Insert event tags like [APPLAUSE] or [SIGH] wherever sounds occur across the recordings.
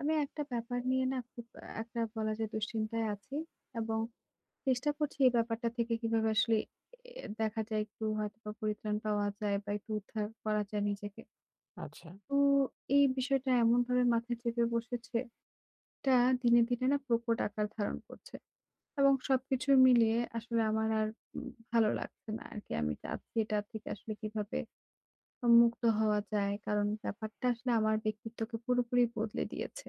আমি একটা ব্যাপার নিয়ে না খুব একটা বলা যায় দুশ্চিন্তায় আছি এবং চেষ্টা করছি এই ব্যাপারটা থেকে কিভাবে আসলে এ দেখা যায় একটু হয়তোবা পরিত্রাণ পাওয়া যায় বা একটু উদ্ধার করা যায় নিজেকে। আচ্ছা, তো এই বিষয়টা এমনভাবে মাথায় চেপে বসেছে, এটা দিনে না প্রকট আকার ধারণ করছে এবং সবকিছু মিলিয়ে আসলে আমার আর ভালো লাগছে না আরকি। আমি চাচ্ছি এটা থেকে আসলে কিভাবে মুক্ত হওয়া যায়। কারণ ব্যাপারটা আসলে আমার ব্যক্তিত্বকে পুরোপুরি বদলে দিয়েছে।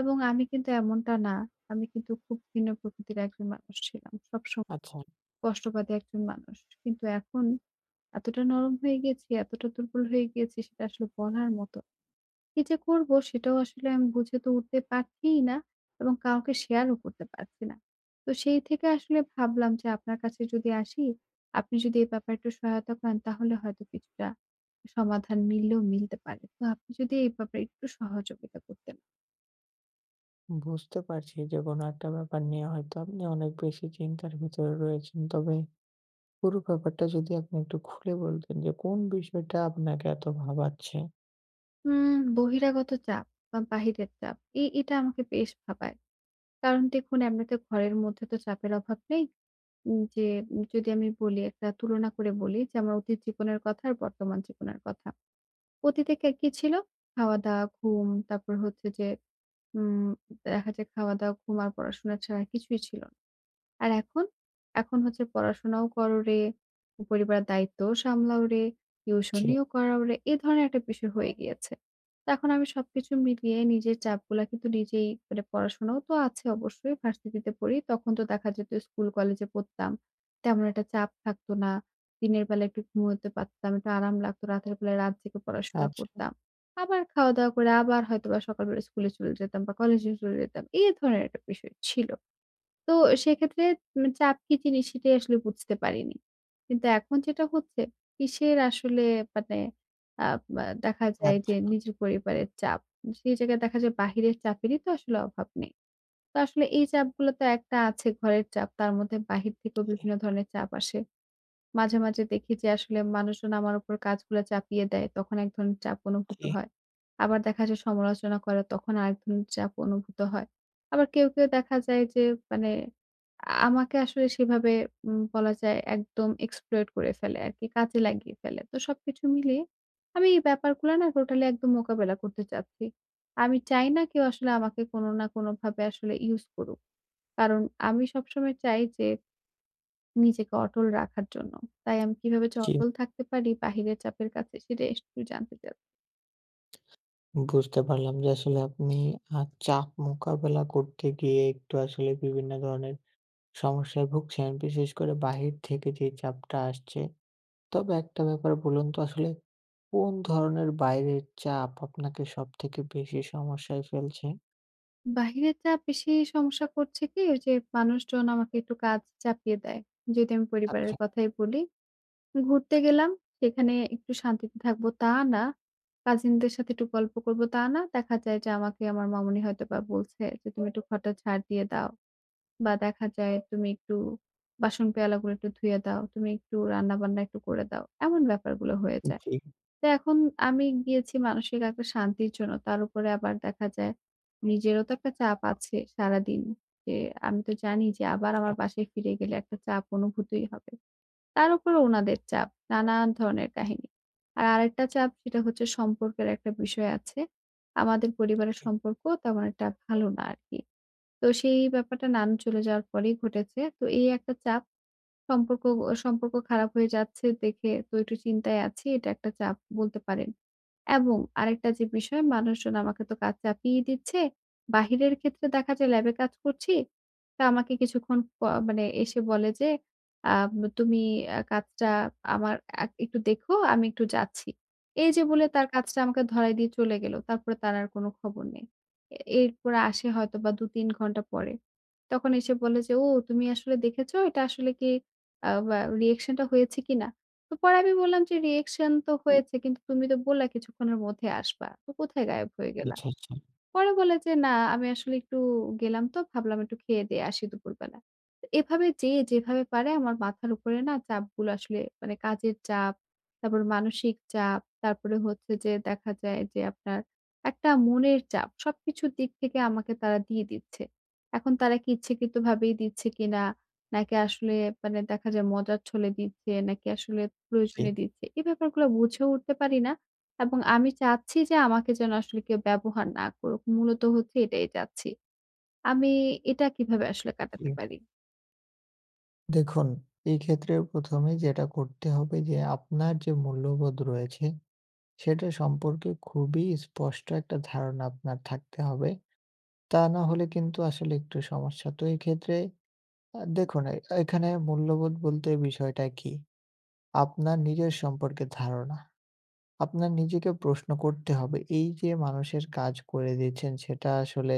এবং আমি কিন্তু এমনটা না। আমি কিন্তু খুব ভিন্ন প্রকৃতির একজন মানুষ ছিলাম। সবসময় আচ্ছা। কষ্টবাদী একজন মানুষ। কিন্তু এখন এতটা নরম হয়ে গেছি, এতটা দুর্বল হয়ে গিয়েছি সেটা আসলে বলার মতো কি যে করবো সেটাও আসলে আমি বুঝে তো উঠতে পারছিই না এবং কাউকে শেয়ারও করতে পারছি না। তো সেই থেকে আসলে ভাবলাম যে আপনার কাছে যদি আসি, আপনি যদি এই ব্যাপারে একটু সহায়তা করেন তাহলে হয়তো কিছুটা সমাধান মিললেও মিলতে পারে। তো আপনি যদি এই ব্যাপারে একটু সহযোগিতা করতেন। বুঝতে পারছি যে কোনো একটা ব্যাপার নিয়ে হয়তো আপনি অনেক বেশি চিন্তার ভিতরে রয়েছেন। তবে পুরো ব্যাপারটা যদি আপনি একটু খুলে বলতেন যে কোন বিষয়টা আপনাকে এত ভাবাচ্ছে? বহিরাগত চাপ বা বাহিরের চাপ এটা আমাকে বেশ ভাবায়। কারণ দেখুন এমনিতে ঘরের মধ্যে তো চাপের অভাব নেই। উম যে যদি আমি বলি একটা তুলনা করে বলি যে আমার অতীত জীবনের কথা আর বর্তমান জীবনের কথা। অতীতে কে কি ছিল? খাওয়া-দাওয়া, ঘুম, তারপর হচ্ছে যে উম দেখা যায় খাওয়া-দাওয়া, ঘুম আর পড়াশোনা ছাড়া কিছুই ছিল আর এখন? এখন হচ্ছে পড়াশোনাও করো রে, পরিবারের দায়িত্বও সামলাও রে, জি, টিউশনিও করাও রে। এ ধরনের একটা বিষয় হয়ে গিয়েছে। তো এখন আমি সবকিছু মিলিয়ে নিজের চাপগুলা কিন্তু নিজেই মানে পড়াশোনাও তো আছে অবশ্যই, ভার্সিটিতে পড়ি। তখন তো দেখা যেত স্কুল কলেজে পড়তাম। তেমন একটা চাপ থাকতো না। দিনের বেলা একটু ঘুমোতে পারতাম, একটু আরাম লাগতো। রাতের বেলায় রাত জেগে পড়াশোনা আচ্ছা, করতাম। আবার খাওয়া-দাওয়া করে আবার হয়তোবা সকালবেলা স্কুলে চলে যেতাম বা কলেজে চলে যেতাম। এই ধরনের একটা বিষয় ছিল। তো সেক্ষেত্রে চাপ কি জিনিস সেটাই আসলে বুঝতে পারিনি। কিন্তু এখন যেটা হচ্ছে কিসের আসলে মানে আ মা দেখা যায় যে আচ্ছা। নিজের পরিবারের চাপ। সেই জায়গায় দেখা যায় বাহিরের চাপেরই তো আসলে অভাব নেই। তো আসলে এই চাপগুলো তো একটা আছে ঘরের চাপ, তার মধ্যে বাহির থেকেও জি, বিভিন্ন ধরনের চাপ আসে। মাঝে দেখি যে আসলে মানুষজন আমার উপর কাজগুলা চাপিয়ে দেয়। তখন এক ধরনের চাপ অনুভূত জি, হয়। আবার দেখা যায় সমালোচনা করে তখন আরেক ধরনের চাপ অনুভূত হয়। আবার কেউ দেখা যায় যে মানে আমাকে আসলে সেভাবে বলা যায় একদম exploit করে ফেলে আরকি, কাজে লাগিয়ে ফেলে। তো সবকিছু মিলিয়ে আমি এই ব্যাপারগুলা না টোটালি একদম মোকাবেলা করতে চাচ্ছি। আমি চাই না কেউ আসলে আমাকে কোনো না কোনোভাবে আসলে ইউজ করুক। কারণ আমি সবসময় চাই যে নিজেকে অটল রাখার জন্য। তাই আমি কিভাবে যে জি। অটল থাকতে পারি বাহিরের চাপের কাছে সেটা একটু জানতে চাচ্ছি। বুঝতে পারলাম যে আসলে আপনি আ চাপ মোকাবেলা করতে গিয়ে একটু আসলে বিভিন্ন ধরনের সমস্যায় ভুগছেন। বিশেষ করে বাহির থেকে যে চাপটা আসছে। তবে একটা ব্যাপার বলুন তো আসলে কোন ধরনের বাইরের চাপ আপনাকে সবথেকে বেশি সমস্যায় ফেলছে? বাহিরের চাপ বেশি সমস্যা করছে কি ওই যে মানুষজন আমাকে একটু কাজ চাপিয়ে দেয়। যদি আমি পরিবারের আচ্ছা। কথাই বলি, ঘুরতে গেলাম সেখানে একটু শান্তিতে থাকবো তা না। কাজিনদের সাথে একটু গল্প করব তা না। দেখা যায় যে আমাকে আমার মামুনি হয়তোবা বলছে যে, "তুমি একটু ঘরটা ঝাড় দিয়ে দাও" বা দেখা যায়, "তুমি একটু বাসন পেয়ালাগুলো একটু ধুয়ে দাও, তুমি একটু রান্না-বান্না একটু করে দাও।" এমন ব্যাপারগুলো হয়ে যায়। জি, তো এখন আমি গিয়েছি মানসিক একটা শান্তির জন্য। তার উপরে আবার দেখা যায় নিজেরও তো একটা চাপ আছে সারাদিন। যে আমি তো জানি যে আবার আমার বাসায় ফিরে গেলে একটা চাপ অনুভূতই হবে। তার উপরে উনাদের চাপ, নানান ধরনের কাহিনী। আর আরেকটা চাপ সেটা হচ্ছে সম্পর্কের একটা বিষয় আছে। আমাদের পরিবারের সম্পর্ক তেমন একটা ভালো না আরকি। তো সেই ব্যাপারটা নানু চলে যাওয়ার পরেই ঘটেছে। তো এই একটা চাপ সম্পর্ক সম্পর্ক খারাপ হয়ে যাচ্ছে দেখে তো একটু চিন্তায় আছি। এটা একটা চাপ বলতে পারেন। এবং আরেকটা যে বিষয় মানুষজন আমাকে তো কাজ চাপিয়ে দিচ্ছে। বাহিরের ক্ষেত্রে দেখা যায় ল্যাবে কাজ করছি। তা আমাকে কিছুক্ষণ মানে এসে বলে যে, আ "তুমি কাজটা আমার একটু দেখো, আমি একটু যাচ্ছি।" এই যে বলে তার কাজটা আমাকে ধরাই দিয়ে চলে গেল। তারপরে তার আর কোনো খবর নেই। এরপরে আসে হয়তোবা ২-৩ ঘন্টা পরে। তখন এসে বলে যে, "ও তুমি আসলে দেখেছ এটা আসলে কি আ বা reaction টা হয়েছে কিনা?" তো পরে আমি বললাম যে, "রিঅ্যাকশন তো হয়েছে কিন্তু তুমি তো বললা কিছুক্ষণের মধ্যে আসবা। তো কোথায় গায়েব হয়ে গেল?" আচ্ছা, আচ্ছা, আচ্ছা, পরে বলে যে, "না, আমি আসলে একটু গেলাম তো ভাবলাম একটু খেয়ে দিয়ে আসি দুপুরবেলা।" তো এভাবে যে যেভাবে পারে আমার মাথার উপরে না চাপগুলো আসলে মানে কাজের চাপ, তারপর মানসিক চাপ, তারপরে হচ্ছে যে দেখা যায় যে আপনার একটা মনের চাপ। সবকিছুর দিক থেকে আমাকে তারা দিয়ে দিচ্ছে। এখন তারা কি ইচ্ছাকৃতভাবেই দিচ্ছে কিনা? নাকি আসলে মানে দেখা যায় মজার ছলে দিচ্ছে, নাকি আসলে জি। প্রয়োজনে দিচ্ছে? এই ব্যাপারগুলো বুঝে উঠতে পারি না। এবং আমি চাচ্ছি যে আমাকে যেন আসলে কেউ ব্যবহার না করুক। মূলত হচ্ছে এটাই চাচ্ছি। আমি এটা কিভাবে আসলে জি। কাটাতে পারি? দেখুন, এই ক্ষেত্রে ১ম এই যেটা করতে হবে যে আপনার যে মূল্যবোধ রয়েছে, সেটা সম্পর্কে খুবই স্পষ্ট একটা ধারণা আপনার থাকতে হবে। তা না হলে কিন্তু আসলে একটু সমস্যা। তো এই ক্ষেত্রে দেখুন এখানে মূল্যবোধ বলতে বিষয়টা কি? আপনার নিজের সম্পর্কে ধারণা। আপনার নিজেকে প্রশ্ন করতে হবে। এই যে মানুষের কাজ করে দিচ্ছেন সেটা আসলে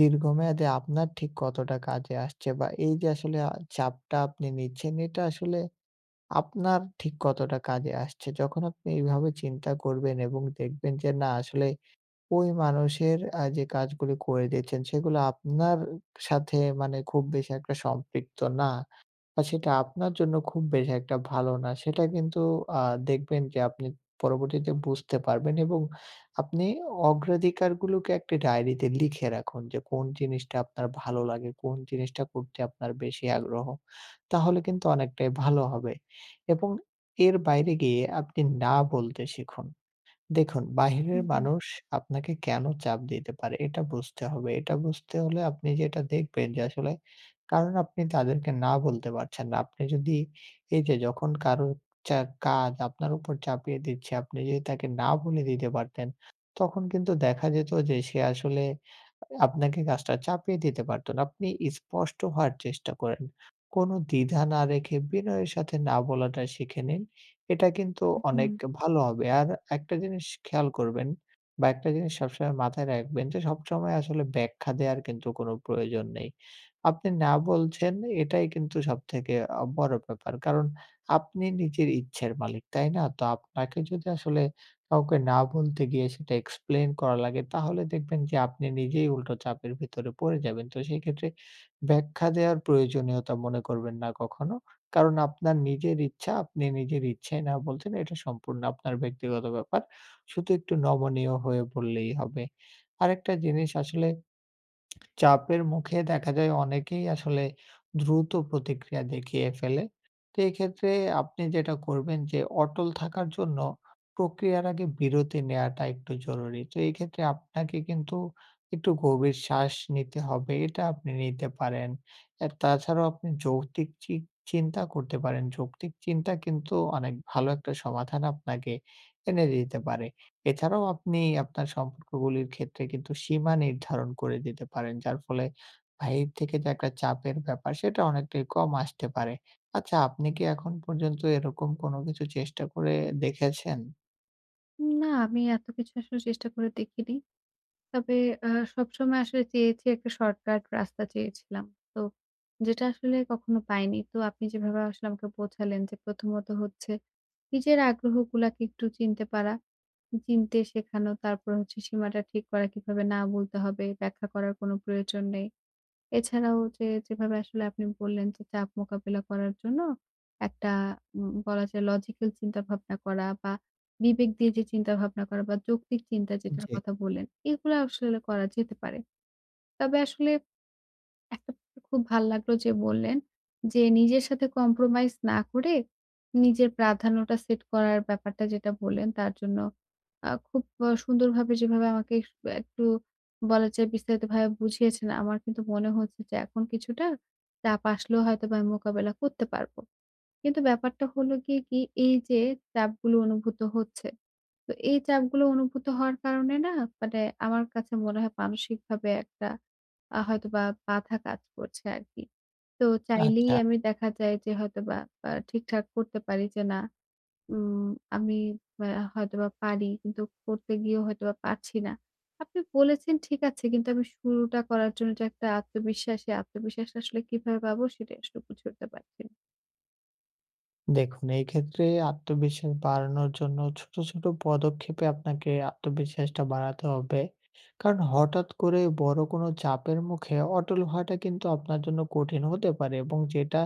দীর্ঘমেয়াদে আপনার ঠিক কতটা কাজে আসছে? বা এই যে আসলে চাপটা আপনি নিচ্ছেন এটা আসলে আপনার ঠিক কতটা কাজে আসছে? যখন আপনি এইভাবে চিন্তা করবেন এবং দেখবেন যে না আসলে ওই মানুষের যে কাজগুলি করে দিচ্ছেন, সেগুলো আপনার সাথে মানে খুব বেশি একটা সম্পৃক্ত না। বা সেটা আপনার জন্য খুব বেশি একটা ভালো না। সেটা কিন্তু আ দেখবেন যে আপনি পরবর্তীতে বুঝতে পারবেন এবং আপনি অগ্রাধিকারগুলোকে একটি ডায়েরিতে লিখে রাখুন যে কোন জিনিসটা আপনার ভালো লাগে, কোন জিনিসটা করতে আপনার বেশি আগ্রহ। তাহলে কিন্তু অনেকটাই ভালো হবে এবং এর বাইরে গিয়ে আপনি না বলতে শিখুন। দেখুন, বাহিরের হুম, মানুষ আপনাকে কেন চাপ দিতে পারে এটা বুঝতে হবে। এটা বুঝতে হলে আপনি যেটা দেখবেন যে আসলে কারণ আপনি তাদেরকে না বলতে পারছেন না। আপনি যদি এই যে যখন কারো চা কাজ আপনার উপর চাপিয়ে দিচ্ছে, আপনি যদি তাকে না বলে দিতে পারতেন, তখন কিন্তু দেখা যেত যে সে আসলে আপনাকে কাজটা চাপিয়ে দিতে পারত না। আপনি স্পষ্ট হওয়ার চেষ্টা করেন। কোনো দ্বিধা না রেখে বিনয়ের সাথে না বলাটা শিখে নিন। এটা কিন্তু হুম। অনেক ভালো হবে। আর একটা জিনিস খেয়াল করবেন বা একটা জিনিস সবসময় মাথায় রাখবেন যে সবসময় আসলে ব্যাখ্যা দেওয়ার কিন্তু কোনো প্রয়োজন নেই। আপনি না বলছেন এটাই কিন্তু সবথেকে বড় ব্যাপার। কারণ আপনি নিজের ইচ্ছের মালিক, তাই না? তো আপনাকে যদি আসলে কাউকে না বলতে গিয়ে সেটা এক্সপ্লেইন করা লাগে তাহলে দেখবেন যে আপনি নিজেই উল্টো চাপের ভিতরে পড়ে যাবেন। তো সেই ক্ষেত্রে ব্যাখ্যা দেওয়ার প্রয়োজনীয়তা মনে করবেন না কখনো? কারণ আপনার নিজের ইচ্ছা, আপনি নিজের ইচ্ছায় না বলছেন, এটা সম্পূর্ণ আপনার ব্যক্তিগত ব্যাপার। শুধু একটু নমনীয় হয়ে বললেই হবে। আরেকটা জিনিস আসলে চাপের মুখে দেখা যায় অনেকেই আসলে দ্রুত প্রতিক্রিয়া দেখিয়ে ফেলে। তো এক্ষেত্রে আপনি যেটা করবেন যে অটল থাকার জন্য প্রক্রিয়ার আগে বিরতি নেওয়াটা একটু জরুরি। তো এই ক্ষেত্রে আপনাকে কিন্তু একটু গভীর শ্বাস নিতে হবে। এটা আপনি নিতে পারেন। আর তাছাড়াও আপনি যৌক্তিক চিন্তা করতে পারেন। যৌক্তিক চিন্তা কিন্তু অনেক ভালো একটা সমাধান আপনাকে এনে দিতে পারে। এছাড়াও আপনি আপনার সম্পর্কগুলির ক্ষেত্রে কিন্তু সীমা নির্ধারণ করে দিতে পারেন। যার ফলে বাহির থেকে যে একটা চাপের ব্যাপার সেটা অনেকটাই কম আসতে পারে। আচ্ছা আপনি কি এখন পর্যন্ত এরকম কোনো কিছু চেষ্টা করে দেখেছেন? না, আমি এত কিছু আসলে চেষ্টা করে দেখিনি। তবে আ সবসময় আসলে চেয়েছি একটা শর্টকাট রাস্তা চেয়েছিলাম। তো যেটা আসলে কখনো পাইনি। তো আপনি যেভাবে আসলে আমাকে বোঝালেন যে প্রথমত হচ্ছে নিজের আগ্রহগুলাকে একটু চিনতে পারা, চিনতে শেখানো, তারপর হচ্ছে সীমাটা ঠিক করা কিভাবে না বলতে হবে ব্যাখ্যা করার কোনো প্রয়োজন নেই। এছাড়াও যে যেভাবে আসলে আপনি বললেন যে চাপ মোকাবেলা করার জন্য একটা বলা যায় লজিক্যাল চিন্তা ভাবনা করা বা বিবেক দিয়ে যে চিন্তা ভাবনা করা বা যৌক্তিক চিন্তা যেটার জি। কথা বললেন, এগুলো আসলে করা যেতে পারে। তবে আসলে একটা ব্যাপার খুব ভাল লাগলো যে বললেন, যে নিজের সাথে কম্প্রোমাইজ না করে নিজের প্রাধান্যটা সেট করার ব্যাপারটা যেটা বললেন তার জন্য খুব সুন্দরভাবে যেভাবে আমাকে একটু বলা যায় বিস্তারিতভাবে বুঝিয়েছেন, আমার কিন্তু মনে হচ্ছে যে এখন কিছুটা চাপ আসলেও হয়তোবা আমি মোকাবেলা করতে পারবো। কিন্তু ব্যাপারটা হলো গিয়ে কি এই যে চাপগুলো অনুভূত হচ্ছে তো এই চাপগুলো অনুভূত হওয়ার কারণে না মানে আমার কাছে মনে হয় মানসিকভাবে একটা হয়তোবা বাধা কাজ করছে আরকি। তো চাইলেই আচ্ছা। আমি দেখা যায় যে হয়তোবা ঠিকঠাক করতে পারি যে না উম আমি আ হয়তোবা পারি কিন্তু করতে গিয়েও হয়তোবা পারছি না। আপনি বলেছেন ঠিক আছে কিন্তু আমি শুরুটা করার জন্য যে একটা আত্মবিশ্বাস, এই আত্মবিশ্বাসটা আসলে কিভাবে পাবো সেটাই আসলে বুঝে উঠতে পারছি না। দেখুন, এই ক্ষেত্রে আত্মবিশ্বাস বাড়ানোর জন্য ছোট, ছোট পদক্ষেপে আপনাকে আত্মবিশ্বাসটা বাড়াতে হবে। কারণ হঠাৎ করে বড় কোনো চাপের মুখে অটল হওয়াটা কিন্তু আপনার জন্য কঠিন হতে পারে এবং যেটা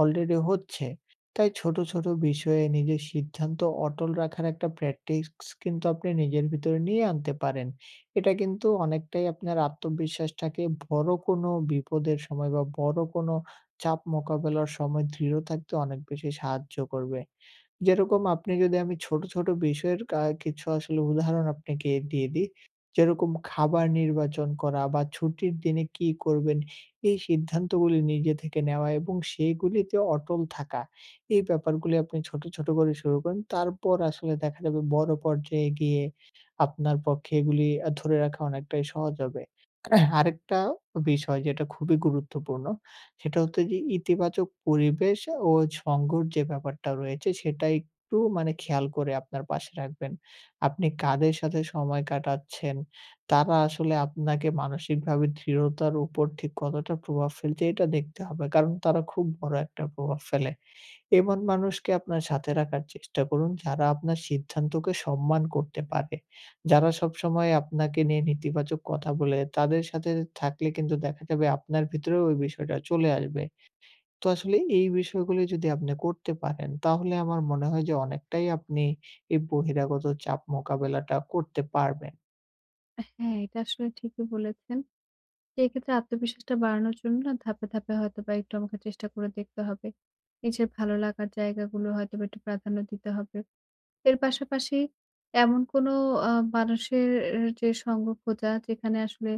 অলরেডি হচ্ছে। তাই ছোট, ছোট বিষয়ে নিজের সিদ্ধান্ত অটল রাখার একটা প্র্যাকটিস কিন্তু আপনি নিজের ভিতরে নিয়ে আনতে পারেন। এটা কিন্তু অনেকটাই আপনার আত্মবিশ্বাসটাকে বড় কোনো বিপদের সময় বা বড় কোনো চাপ মোকাবেলার সময় দৃঢ় থাকতে অনেক বেশি সাহায্য করবে। যেরকম আপনি যদি আমি ছোট, ছোট বিষয়ের কিছু আসলে উদাহরণ আপনাকে দিয়ে দিই। যেরকম খাবার নির্বাচন করা বা ছুটির দিনে কি করবেন, এই সিদ্ধান্তগুলি নিজে থেকে নেওয়া এবং সেইগুলিতে অটল থাকা। এই ব্যাপারগুলি আপনি ছোট, ছোট করে শুরু করেন। তারপর আসলে দেখা যাবে বড় পর্যায়ে গিয়ে আপনার পক্ষে এগুলি ধরে রাখা অনেকটাই সহজ হবে। [CLEARS THROAT] আরেকটা বিষয় যেটা খুবই গুরুত্বপূর্ণ সেটা হচ্ছে যে ইতিবাচক পরিবেশ ও সঙ্গর যে ব্যাপারটা রয়েছে সেটা একটু মানে খেয়াল করে আপনার পাশে রাখবেন। আপনি কাদের সাথে সময় কাটাচ্ছেন, তারা আসলে আপনাকে মানসিকভাবে দৃঢ়তার উপর ঠিক কতটা প্রভাব ফেলছে এটা দেখতে হবে। কারণ তারা খুব বড় একটা প্রভাব ফেলে। এমন মানুষকে আপনার সাথে রাখার চেষ্টা করুন যারা আপনার সিদ্ধান্তকে সম্মান করতে পারে। যারা সবসময় আপনাকে নিয়ে নেতিবাচক কথা বলে, তাদের সাথে থাকলে কিন্তু দেখা যাবে আপনার ভিতরেও ওই বিষয়টা চলে আসবে। তো আসলে এই বিষয়গুলি যদি আপনি করতে পারেন, তাহলে আমার মনে হয় যে অনেকটাই আপনি এই বহিরাগত চাপ মোকাবেলাটা করতে পারবেন। হ্যাঁ, এটা আসলে ঠিকই বলেছেন। সেক্ষেত্রে আত্মবিশ্বাসটা বাড়ানোর জন্য না ধাপে ধাপে হয়তোবা একটু আমাকে চেষ্টা করে দেখতে হবে। নিজের ভালো লাগার জায়গাগুলো হয়তোবা একটু প্রাধান্য দিতে হবে। এর পাশাপাশি এমন কোনো আ মানুষের যে সঙ্গ খোঁজা যেখানে আসলে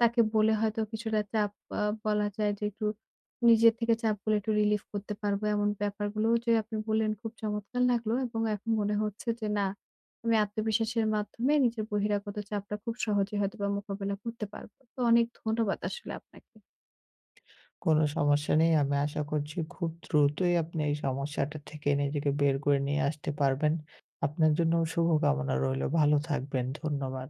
তাকে বলে হয়তো কিছুটা চাপ বলা যায় যে একটু নিজের থেকে চাপগুলো একটু রিলিফ করতে পারবো এমন ব্যাপারগুলোও যে আপনি বললেন খুব চমৎকার লাগলো এবং এখন মনে হচ্ছে যে না আমি আত্মবিশ্বাসের মাধ্যমে নিজের বহিরাগত চাপটা খুব সহজে হয়তোবা মোকাবেলা করতে পারবো। তো অনেক ধন্যবাদ আসলে আপনাকে। কোনো সমস্যা নেই। আমি আশা করছি খুব দ্রুতই আপনি এই সমস্যাটা থেকে নিজেকে বের করে নিয়ে আসতে পারবেন। আপনার জন্য শুভকামনা রইলো। ভালো থাকবেন। ধন্যবাদ।